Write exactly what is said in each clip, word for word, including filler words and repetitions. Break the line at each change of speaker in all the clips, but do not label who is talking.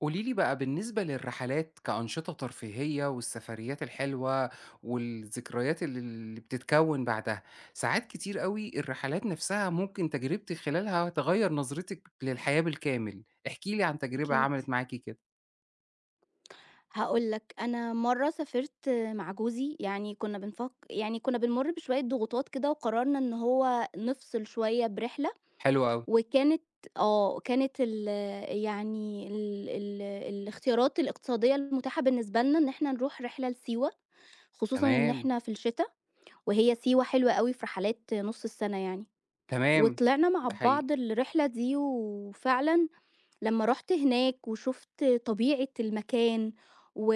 قولي لي بقى بالنسبة للرحلات كأنشطة ترفيهية والسفريات الحلوة والذكريات ال اللي بتتكوّن بعدها، ساعات كتير أوي الرحلات نَفْسها ممكن تجربتِك خلالها تغيّر نظرتِك للحياة بالكامل، احكي لي عن تجربة
أكيد.
عملت معاكِ كده.
هاقول لك، أنا مرّة سافرت مع جوزي، يعني كُنّا بنفك يعني كُنّا بنمُر بشوية ضغوطات كده وقررنا إن هو نفصل شوية برحلة
حلو أوي.
وكانت آه. كانت ال يعني ال ال الاختيارات الاقتصادية المتاحة بالنسبة لنا إن إحنا نروح رحلة لسيوة، خصوصًا إن
تمام،
إحنا في الشتا وهي سيوة حلوة أوي في رحلات نُص السَنة يعني.
تمام،
وطلعنا مع
ده حقيقي.
بعض الرحلة دي، وفعلًا لمّا رُحت هناك وشُفت طبيعة المكان، و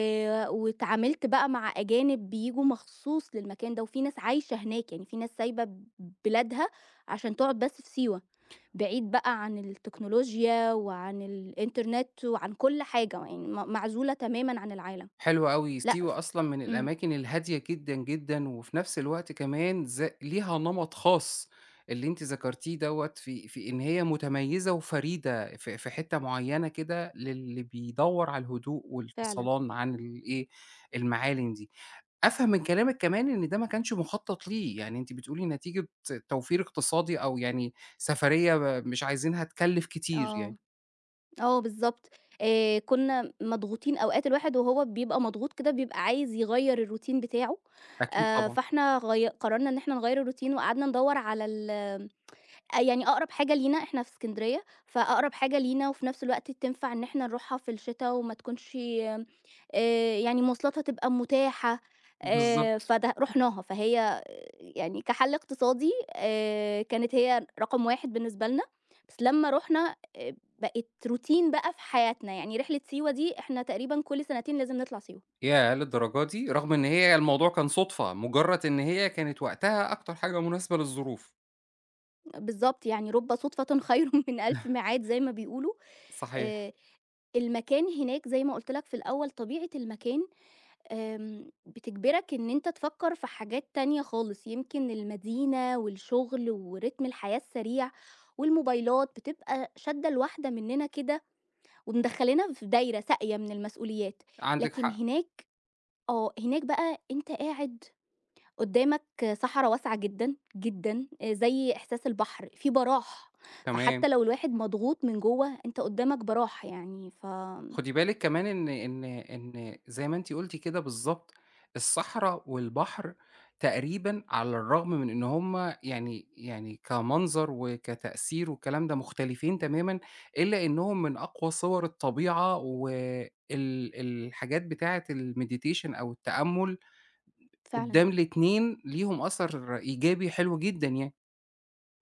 واتعاملت بقى مع أجانب بييجوا مخصوص للمكان ده، وفي ناس عايشة هناك، يعني في ناس سايبة بلادها عشان تقعد بس في سيوة، بعيد بقى عن التكنولوجيا وعن الإنترنت وعن كل حاجة، يعني م معزولة تمامًا عن العالم.
حلو أوي،
لأ
سيوة
ف
أصلًا من
إمم،
الأماكن الهادية جدًا، جدًا، وفي نفس الوقت كمان ز ليها نمط خاص، اللي أنتِ ذكرتيه دوّة في في إن هي متميزة وفريدة في في حتة معينة كده للي بيدوّر على الهدوء
فعلًا.
والفصلان عن الإيه، المعالم دي. أفهم من كلامِك كمان إن ده ما كانش مخطط ليه، يعني أنتِ بتقولي نتيجة توفير اقتصادي أو يعني سفرية مش عايزينها تكلف كتير يعني.
آه. آه بالضبط، آآ كنا مضغوطين، أوقات الواحد وهو بيبقى مضغوط كده بيبقى عايز يغيّر الroutine بتاعه.
أكيد
آآ
طبعًا،
فإحنا غي قررنا إن إحنا نغيّر الroutine وقعدنا ندوّر على ال آآ يعني أقرب حاجة لينا، إحنا في إسكندرية، فأقرب حاجة لينا وفي نفس الوقت تنفع إن إحنا نروحها في الشتا وما تكونش آآ يعني مواصلاتها تبقى متاحة. آآ
بالضبط.
فده رُحناها، فهي آه، يعني كحَل اقتصادي آآ كانت هي رقم واحد بالنسبة لنا، بس لمّا رُحنا آآ بقت روتين بقى في حياتنا، يعني رحلة سيوة دي إحنا تقريبًا كل سنتين لازم نطلع سيوة.
ياه! للدرجة دي! رغم إن هي الموضوع كان صُدفة، مجرّد إن هي كانت وقتها أكتر حاجة مناسبة للظروف.
بالضبط، يعني رُب صُدفةٍ خير من ألف ميعاد زي ما بيقولوا.
صحيح،
آآ المكان هناك زي ما قُلت لك في الأول، طبيعة المكان، آمم، بتجبرك إن أنت تفكّر في حاجات تانية خالص، يمكن المدينة والشغل ورتم الحياة السريع والموبايلات بتبقى شادة الواحدة مننا كده ومدخّلانا في دايرة ساقية من المسؤوليات،
عندِك
لكن
حق،
هناك آه، هناك بقى أنت قاعد قدّامك صحرا واسعة جدًا، جدًا، آآ، زي إحساس البحر، في براح،
تمام.
فحتى لو الواحد مضغوط من جوّه أنت قدّامك براح يعني ف
خُدي بالِك كمان إن إن إن زي ما أنتِ قُلتِ كده بالضبط، الصحرا والبحر تقريبًا على الرغم من إن هُم يعني يعني كمنظر وكتأثير والكلام ده مختلفين تمامًا، إلا إنّهم من أقوى صور الطبيعة وال الحاجات بتاعة الmeditation أو التأمُّل
فعلًا.
قدّام الاتنين ليهم أثر إيجابي حلو جدًا يعني.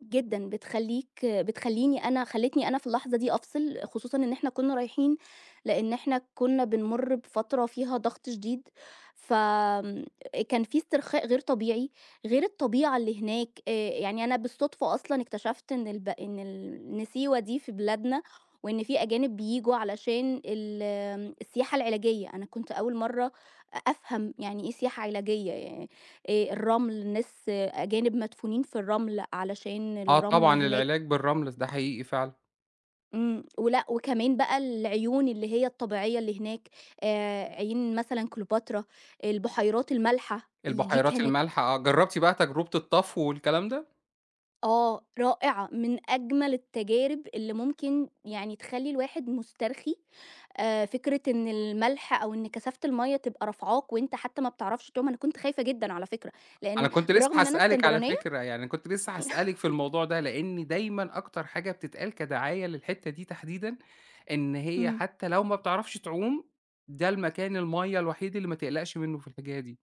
جدًا، بتخلّيك بتخلّيني أنا خلّتني أنا في اللحظة دي أفصل، خصوصًا إن إحنا كنا رايحين، لإن إحنا كنا بنمُر بفترة فيها ضغط شديد، فآمم كان في استرخاء غير طبيعي، غير الطبيعة اللي هناك. آآ يعني أنا بالصدفة أصلًا اكتشفت إن الب إن ال إن سيوة دي في بلادنا، وإن في أجانب بييجوا علشان ال آمم السياحة العلاجية. أنا كنت أول مرّة أ أفهم يعني إيه سياحة علاجية. آآ الرمل، الناس أجانب مدفونين في الرمل علشان
آه
الرمل
طبعًا،
هناك
العلاج بالرمل ده حقيقي فعلًا.
إمم، ولأ وكمان بقى العيون اللي هي الطبيعية اللي هناك، آآ عين مثلًا كليوباترا، البحيرات المالحة، دي
البحيرات
كانت
المالحة آه، جرّبتِ بقى تجربة الطفو والكلام ده؟
آه، رائعة، من أجمل التجارب اللي ممكن يعني تخلّي الواحد مُسترخي. آآ فكرة إن الملح أو إن كثافة المَيّة تبقى رافعاك وأنت حتى ما بتعرفش تعوم، أنا كنت خايفة جدًا على فكرة،
أنا
لإن
كنت لسه
بالرغم إن أنا
هاسألِك على
إسكندرانية.
فكرة، يعني كنت لسه هاسألِك في الموضوع ده، لإن دايمًا أكتر حاجة بتتقال كدعاية للحتّة دي تحديدًا، إن هي
إمم.
حتى لو ما بتعرفش تعوم، ده المكان المَيّة الوحيد اللي ما تقلقش منه في الحكاية دي.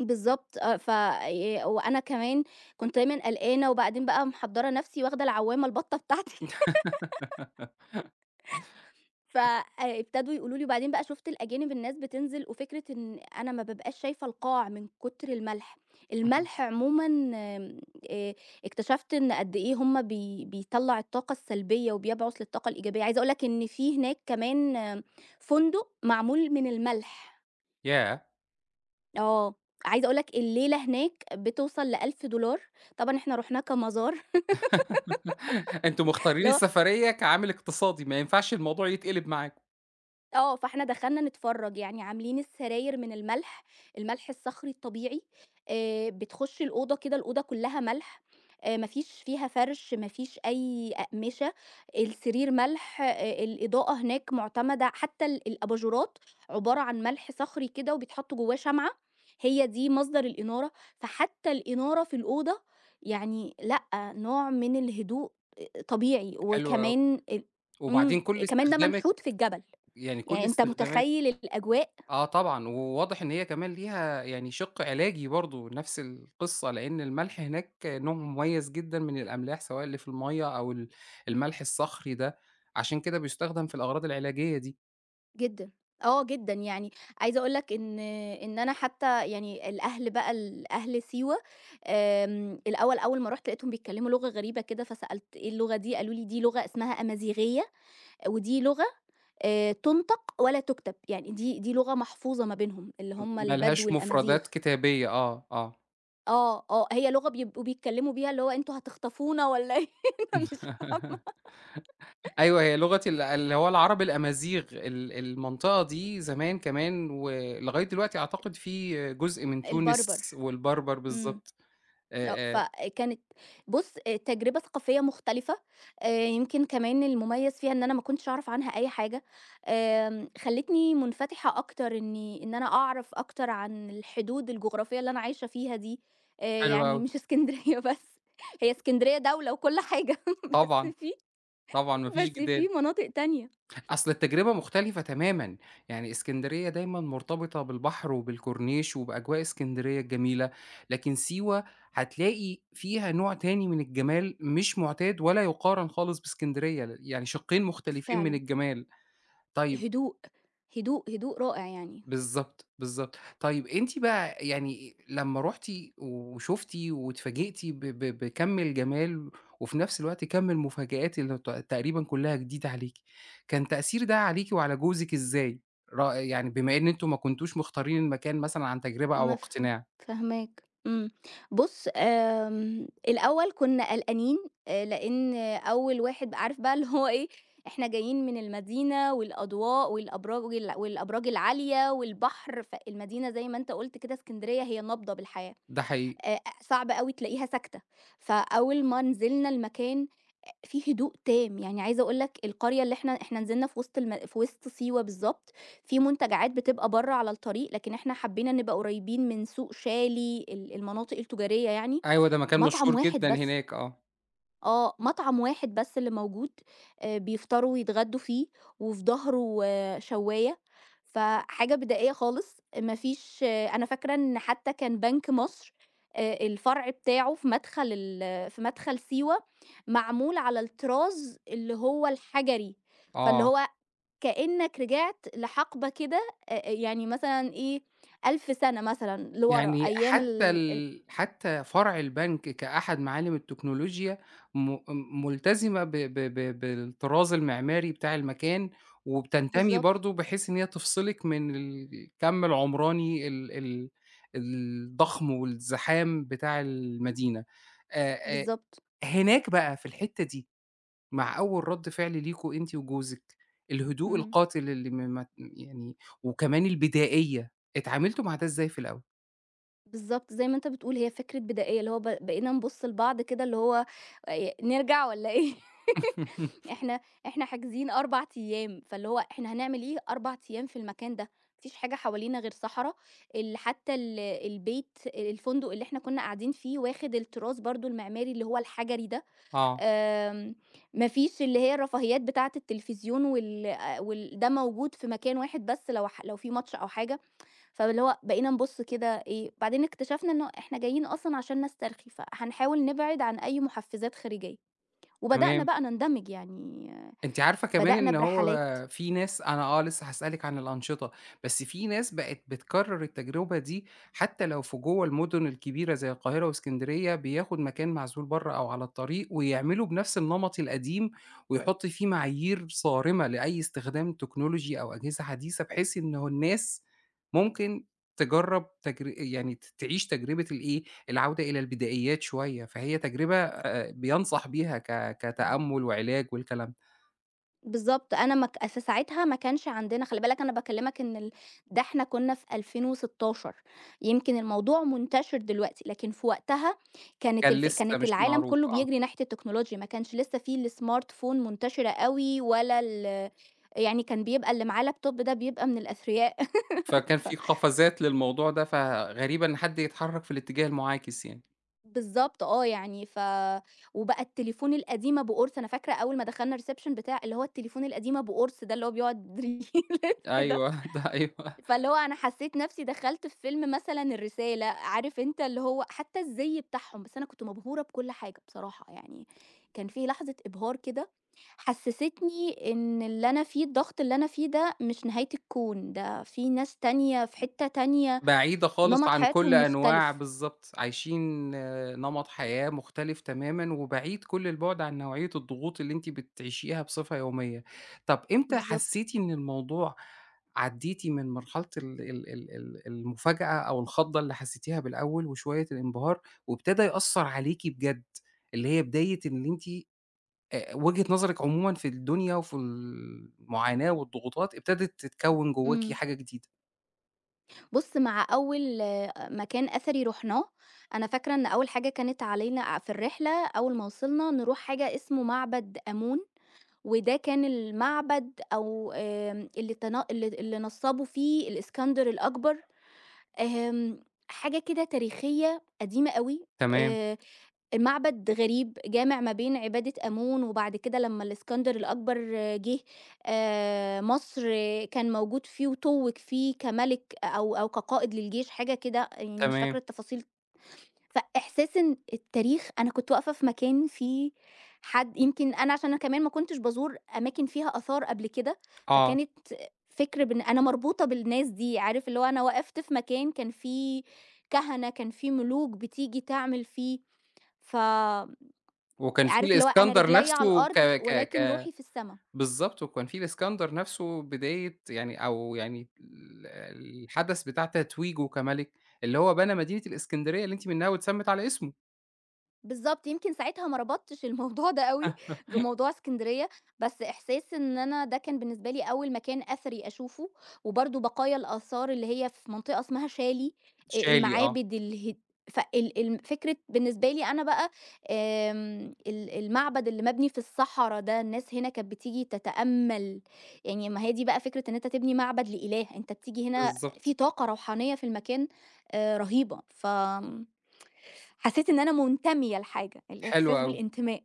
بالضبط آه، ف ي وأنا كمان كنت دايمًا قلقانة، وبعدين بقى محضّرة نَفْسي واخدة العوّامة البطة بتاعتي.
اهم.
ف آآ، ابتدوا يقولوا لي، وبعدين بقى شُفت الأجانب الناس بتنزل، وفكرة إن أنا ما بابقاش شايفة القاع من كتر الملح، الملح عمومًا آمم، آآ، اكتشفت إن قد إيه هُم بي بيطلّع الطاقة السلبية وبيبعُث للطاقة الإيجابية. عايزة أقول لك إن في هناك كمان آم، فندق معمول من الملح.
ياه!
آه، عايزة أقول لك الليلة هناك بتوصل لألف دولار، طبعًا إحنا رُحنا كمزار.
أنتم مختارين
اللي هو
السفرية كعامل اقتصادي، ما ينفعش الموضوع يتقلب معاكم،
آه، فإحنا دخلنا نتفرّج، يعني عاملين السراير من الملح، الملح الصخري الطبيعي. آآ بتخُشّي الأوضة كده، الأوضة كلّها ملح، آآ ما فيش فيها فَرْش، ما فيش أي أقمشة، السرير ملح، آآ الإضاءة هناك مُعتمدة، حتى ال الأباجورات عبارة عن ملح صخري كده وبيتحط جوّاه شمعة، هي دي مصدر الإنارة، فحتى الإنارة في الأوضة يعني لأ، نوع من الهدوء آآ طبيعي،
حلو أوي.
وكمان ال
وبعدين
إمم،
كل
كمان ده
استخدامِك
منحوت في الجبل.
يعني
يعني
كل
أنت
استخدامات
متخيّل الأجواء؟
آه طبعًا، وواضح إن هي كمان ليها يعني شِق علاجي برضه نفس القصة، لإن الملح هناك نوع مميز جدًا من الأملاح سواء اللي في المَيّة أو ال الملح الصخري ده، عشان كده بيُستخدم في الأغراض العلاجية دي.
جدًا، آه جدًا، يعني عايزة أقول لك إن إن أنا حتى يعني الأهل بقى ال أهل سيوة، آمم، الأول أول ما رُحت لقيتهم بيتكلّموا لغة غريبة كده، فسألت إيه اللغة دي، قالوا لي دي لغة اسمها أمازيغية، ودي لغة آآ، تُنطق ولا تُكتب، يعني دي دي لغة محفوظة ما بينهم، اللي
م
هم
ما
البدو
لهاش
الأمازيغ.
مفردات كتابية آه، آه.
آه، آه، هي لغة بيبقوا بيتكلّموا بيها، اللي هو أنتم هتخطفونا والّا إيه؟ أنا مش فاهمة.
أيوه هي لغة ال اللي هو العرب الأمازيغ ال المنطقة دي زمان كمان ولغاية دلوقتي أعتقد في جزء من تونس
البربر،
والبربر
إمم.
بالضبط.
آه،
آآ آآ
فكانت بُص، آآ، تجربة ثقافية مختلفة. آآ، يمكن كمان المميز فيها إن أنا ما كنتش أعرف عنها أي حاجة، آمم، خلّتني منفتحة أكتر إني إن أنا أعرف أكتر عن الحدود الجغرافية اللي أنا عايشة فيها دي، آآ،
حلو
يعني
أوي.
مش إسكندرية بس، هي إسكندرية دولة وكل حاجة بس
طبعًا،
في
طبعًا ما فيش
بس في
جدال.
مناطق تانية.
أصل التجربة مختلفة تمامًا. يعني إسكندرية دايمًا مرتبطة بالبحر وبالكورنيش وبأجواء إسكندرية الجميلة، لكن سيوة هتلاقي فيها نوع تاني من الجمال مش مُعتاد ولا يُقارن خالص بإسكندرية، ل يعني شقّين مختلفين من
فعلًا،
الجمال. طيب
هدوء، هدوء، هدوء رائع يعني.
بالضبط، بالضبط. طيب أنتِ بقى يعني لمّا رُحتِ وشُفتِ واتفاجئتِ ب ب بكَم الجمال وفي نفس الوقت كَم المفاجآت اللي ت تقريبًا كُلّها جديدة عليكِ، كان تأثير ده عليكِ وعلى جوزِك إزاي؟ ر يعني بما إن أنتم ما كنتوش مختارين المكان مثلًا عن تجربة أو
مفهوم،
اقتناع،
فاهماك، إمم. بُص، آمم، الأول كنا قلقانين، آآ، لإن أول واحد عارف بقى اللي هو إيه، إحنا جايين من المدينة والأضواء والأبراج وال والأبراج العالية والبحر، فالمدينة زي ما أنت قُلت كده اسكندرية هي نابضة بالحياة.
ده حقيقي.
آآ، صعب أوي تلاقيها ساكتة، فأول ما نزلنا المكان في هدوء تام، يعني عايزة أقول لك القرية اللي إحنا إحنا نزلنا في وسط الم في وسط سيوة بالضبط، في منتجعات بتبقى برّه على الطريق، لكن إحنا حبينا نبقى قريبين من سوق شالي ال المناطق التجارية يعني،
أيوه، ده مكان
مطعم
مشهور
واحد
جدًا
بس.
هناك آه،
آه، مطعم واحد بس اللي موجود، آآ، بيفطروا ويتغدوا فيه، وفي ضهره شواية، فحاجة بدائية خالص. ما فيش، أنا فاكرة إن حتى كان بنك مصر، آآ، الفرع بتاعه في مدخل ال في مدخل سيوة معمول على الطراز اللي هو الحجري، فاللي
آه.
هو كأنك رجعت لحقبة كده، آآ، يعني مثلًا إيه 1000 سنة مثلًا لورا
يعني
أيام
حتى
ال ال
ال حتى فرع البنك كأحد معالم التكنولوجيا م ملتزمة ب ب ب بالطراز المعماري بتاع المكان، وبتنتمي
بالضبط،
برضه بحيث إن هي تفصلِك من الكَم العمراني ال ال الضخم والزحام بتاع المدينة. آآ آآ
بالضبط،
هناك بقى في الحتّة دي، مع أول رَد فعل ليكم أنتِ وجوزِك، الهدوء
إمم.
القاتل اللي م ما يعني وكمان البدائية، اتعاملتوا مع ده إزاي في الأول؟
بالضبط، زي ما أنت بتقول هي فكرة بدائية، اللي هو ب بقينا نبُص لبعض كده اللي هو آآ نرجع والّا إيه؟ إحنا إحنا حاجزين 4 أيام، فاللي هو إحنا هنعمل إيه 4 أيام في المكان ده؟ ما فيش حاجة حوالينا غير صحرا، ال حتى ال البيت الفندق اللي إحنا كنا قاعدين فيه واخد التراث برضه المعماري اللي هو الحجري ده،
آه،
آمم ما فيش اللي هي الرفاهيات بتاعة التلفزيون وال آآ وال ده موجود في مكان واحد بس، لو ح لو في ماتش أو حاجة. فاللي هو بقينا نبُص كده إيه، بعدين اكتشفنا إنه إحنا جايين أصلًا عشان نسترخي، فهنحاول نبعد عن أي محفزات خارجية، وبدأنا
تمام.
بقى نندمج يعني،
أنتِ عارفة كمان
بدأنا
إن هو
برحلات.
في ناس، أنا آه، لسه هاسألِك عن الأنشطة، بس في ناس بقت بتكرّر التجربة دي حتى لو في جوّه المدن الكبيرة زي القاهرة وإسكندرية، بياخد مكان معزول برّه أو على الطريق ويعمله بنفس النمط القديم ويحُط فيه معايير صارمة لأي استخدام تكنولوجي أو أجهزة حديثة، بحيث إنه الناس ممكن تجرّب تجر يعني ت تعيش تجربة الإيه، العودة إلى البدائيات شوية، فهي تجربة آآ بينصح بيها ك كتأمُّل وعلاج والكلام
بالضبط، أنا ما ك في ساعتها ما كانش عندنا، خلّي بالك أنا باكلمك إن ال ده إحنا كنا في ألفين وستاشر، يمكن الموضوع منتشر دلوقتي، لكن في وقتها كانت
كان
الف
لسه
كانت
مش
العالم
معروف
كله
آه،
بيجري ناحية التكنولوجيا، ما كانش لسه في الsmart phone منتشرة أوي ولا ال، يعني كان بيبقى اللي معاه لابتوب ده بيبقى من الأثرياء.
فكان
ف
في قفزات للموضوع ده، فغريبة إن حد يتحرك في الاتجاه المعاكس يعني.
بالضبط آه، يعني ف، وبقى التليفون القديمة بقرص، أنا فاكرة أول ما دخلنا الreception، بتاع اللي هو التليفون القديمة بقرص ده اللي هو بيقعد يلِّف ده،
أيوه، ده أيوه،
فاللي هو أنا حسيت نفسي دخلت في فيلم مثلًا الرسالة، عارف أنت اللي هو حتى الزي بتاعهم، بس أنا كنت مبهورة بكل حاجة بصراحة، يعني كان في لحظة إبهار كده حسستني إن اللي أنا فيه الضغط اللي أنا فيه ده مش نهاية الكون، ده في ناس تانية في حتة تانية،
بعيدة خالص
نمط
عن كل
حياتهم
أنواع
مختلف.
بالضبط، عايشين نمط حياة مختلف تمامًا، وبعيد كل البُعد عن نوعية الضغوط اللي أنتِ بتعيشيها بصفة يومية. طب إمتى
بالضبط.
حسيتِ إن الموضوع عدّيتِ من مرحلة ال ال ال ال المفاجأة أو الخضة اللي حسيتيها بالأول وشوية الانبهار، وابتدى يأثّر عليكِ بجد، اللي هي بداية إن أنتِ آآ وجهة نظرِك عمومًا في الدنيا وفي المعاناة والضغوطات ابتدت تتكوّن جواكِ
إمم.
حاجة جديدة.
بُص، مع أول آه، مكان أثري رُحناه، أنا فاكرة إن أول حاجة كانت علينا في الرحلة أول ما وصلنا نروح حاجة اسمه معبد آمون، وده كان المعبد أو آمم اللي تنا اللي اللي نصّبوا فيه الإسكندر الأكبر، آمم حاجة كده تاريخية قديمة أوي.
تمام،
آآ المعبد غريب، جامع ما بين عبادة آمون، وبعد كده لمّا الإسكندر الأكبر جِه آآ مصر، كان موجود فيه وتُوّج فيه كمَلِك أو أو كقائد للجيش، حاجة كده يعني مش فاكرة
تمام،
التفاصيل. فإحساس إن التاريخ، أنا كنت واقفة في مكان فيه حد، يمكن أنا عشان أنا كمان ما كنتش بازور أماكن فيها آثار قبل كده،
آه.
فكانت فِكر بإن أنا مربوطة بالناس دي، عارف اللي هو أنا وقفت في مكان كان فيه كهنة، كان فيه ملوك بتيجي تعمل فيه، ف
وكان في
عارف اللي هو أنا
الإسكندر
رجليّا على
نفسه ك
الأرض
ك
ولكن
ك
روحي في السما.
بالضبط، وكان في الإسكندر نفسه بداية يعني أو يعني ال الحدث بتاع تتويجه كمَلِك، اللي هو بنى مدينة الإسكندرية اللي أنتِ منها واتسمِّت على اسمه.
بالضبط، يمكن ساعتها ما ربطتش الموضوع ده أوي بموضوع إسكندرية، بس إحساس إن أنا ده كان بالنسبة لي أول مكان أثري أشوفه، وبرضه بقايا الآثار اللي هي في منطقة اسمها شالي، آآ
شالي آه،
المعابد اله فال الم فكرة بالنسبة لي أنا بقى آمم ال المعبد اللي مبني في الصحرا ده، الناس هنا كانت بتيجي تتأمّل، يعني ما هي دي بقى فكرة إن أنت تبني معبد لإله، أنت بتيجي هنا في
بالضبط.
طاقة روحانية في المكان آآ رهيبة، ف حسيت إن أنا منتمية لحاجة،
حلو
الإحساس
أوي.
بالانتماء.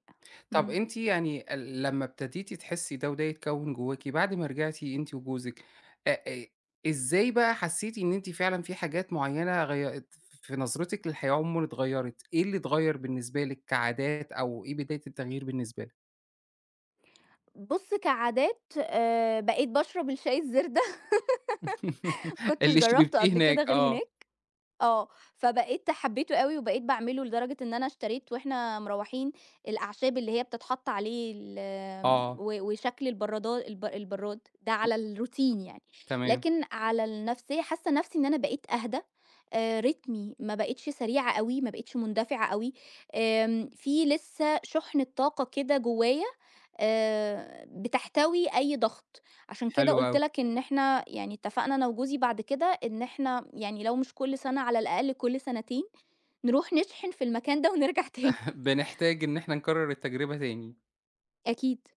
طب
إمم.
أنتِ يعني ال لمّا ابتديتِ تحسّي ده وده يتكوّن جواكِ بعد ما رجعتِ أنتِ وجوزِك، أ أ إزاي بقى حسّيتِ إن أنتِ فعلًا في حاجات معيّنة غي في نظرتِك للحياة عمومًا اتغيّرت؟ إيه اللي اتغيّر بالنسبة لِك كعادات أو إيه بداية التغيير بالنسبة لِك؟
بُص، كعادات آآ بقيت باشرب الشاي الزردة، ما كنتش
اللي
جرّبته
شربتيه
قبل كده
هناك
غير
آه،
هناك. آه، فبقيت حبيته أوي، وبقيت باعمله لدرجة إن أنا اشتريت وإحنا مروّحين الأعشاب اللي هي بتتحط عليه ال آمم،
آه،
و وشكل البرّادا الب البرّاد ده على الروتين يعني.
تمام،
لكن على النفسية حاسة نفسي إن أنا بقيت أهدى، آآ، رتمي ما بقيتش سريعة أوي، ما بقيتش مندفعة أوي، آمم، في لسه شُحنة طاقة كده جوايا آآ بتحتوي أي ضغط. عشان كده
حلو
قُلت
أوي.
لك إن إحنا يعني اتفقنا أنا وجوزي بعد كده إن إحنا يعني لو مش كل سَنة، على الأقل كل سَنتين، نروح نشحن في المكان ده ونرجع تاني.
بنحتاج إن إحنا نكرّر التجربة تاني.
أكيد،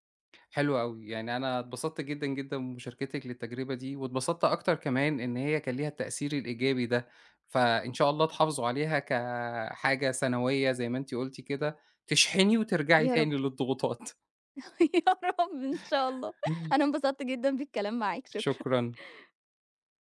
حلو أوي، يعني أنا اتبسطت جدًا، جدًا بمشاركتِك للتجربة دي، واتبسطت أكتر كمان إن هي كان ليها التأثير الإيجابي ده، فإن شاء الله تحافظوا عليها كحاجة سنوية زي ما أنتِ قُلتِ كده، تشحني وترجعي
يا رب،
تاني للضغوطات.
يا رب إن شاء الله. أنا انبسطت جدًا بالكلام معاك، شكرًا.
شكرًا.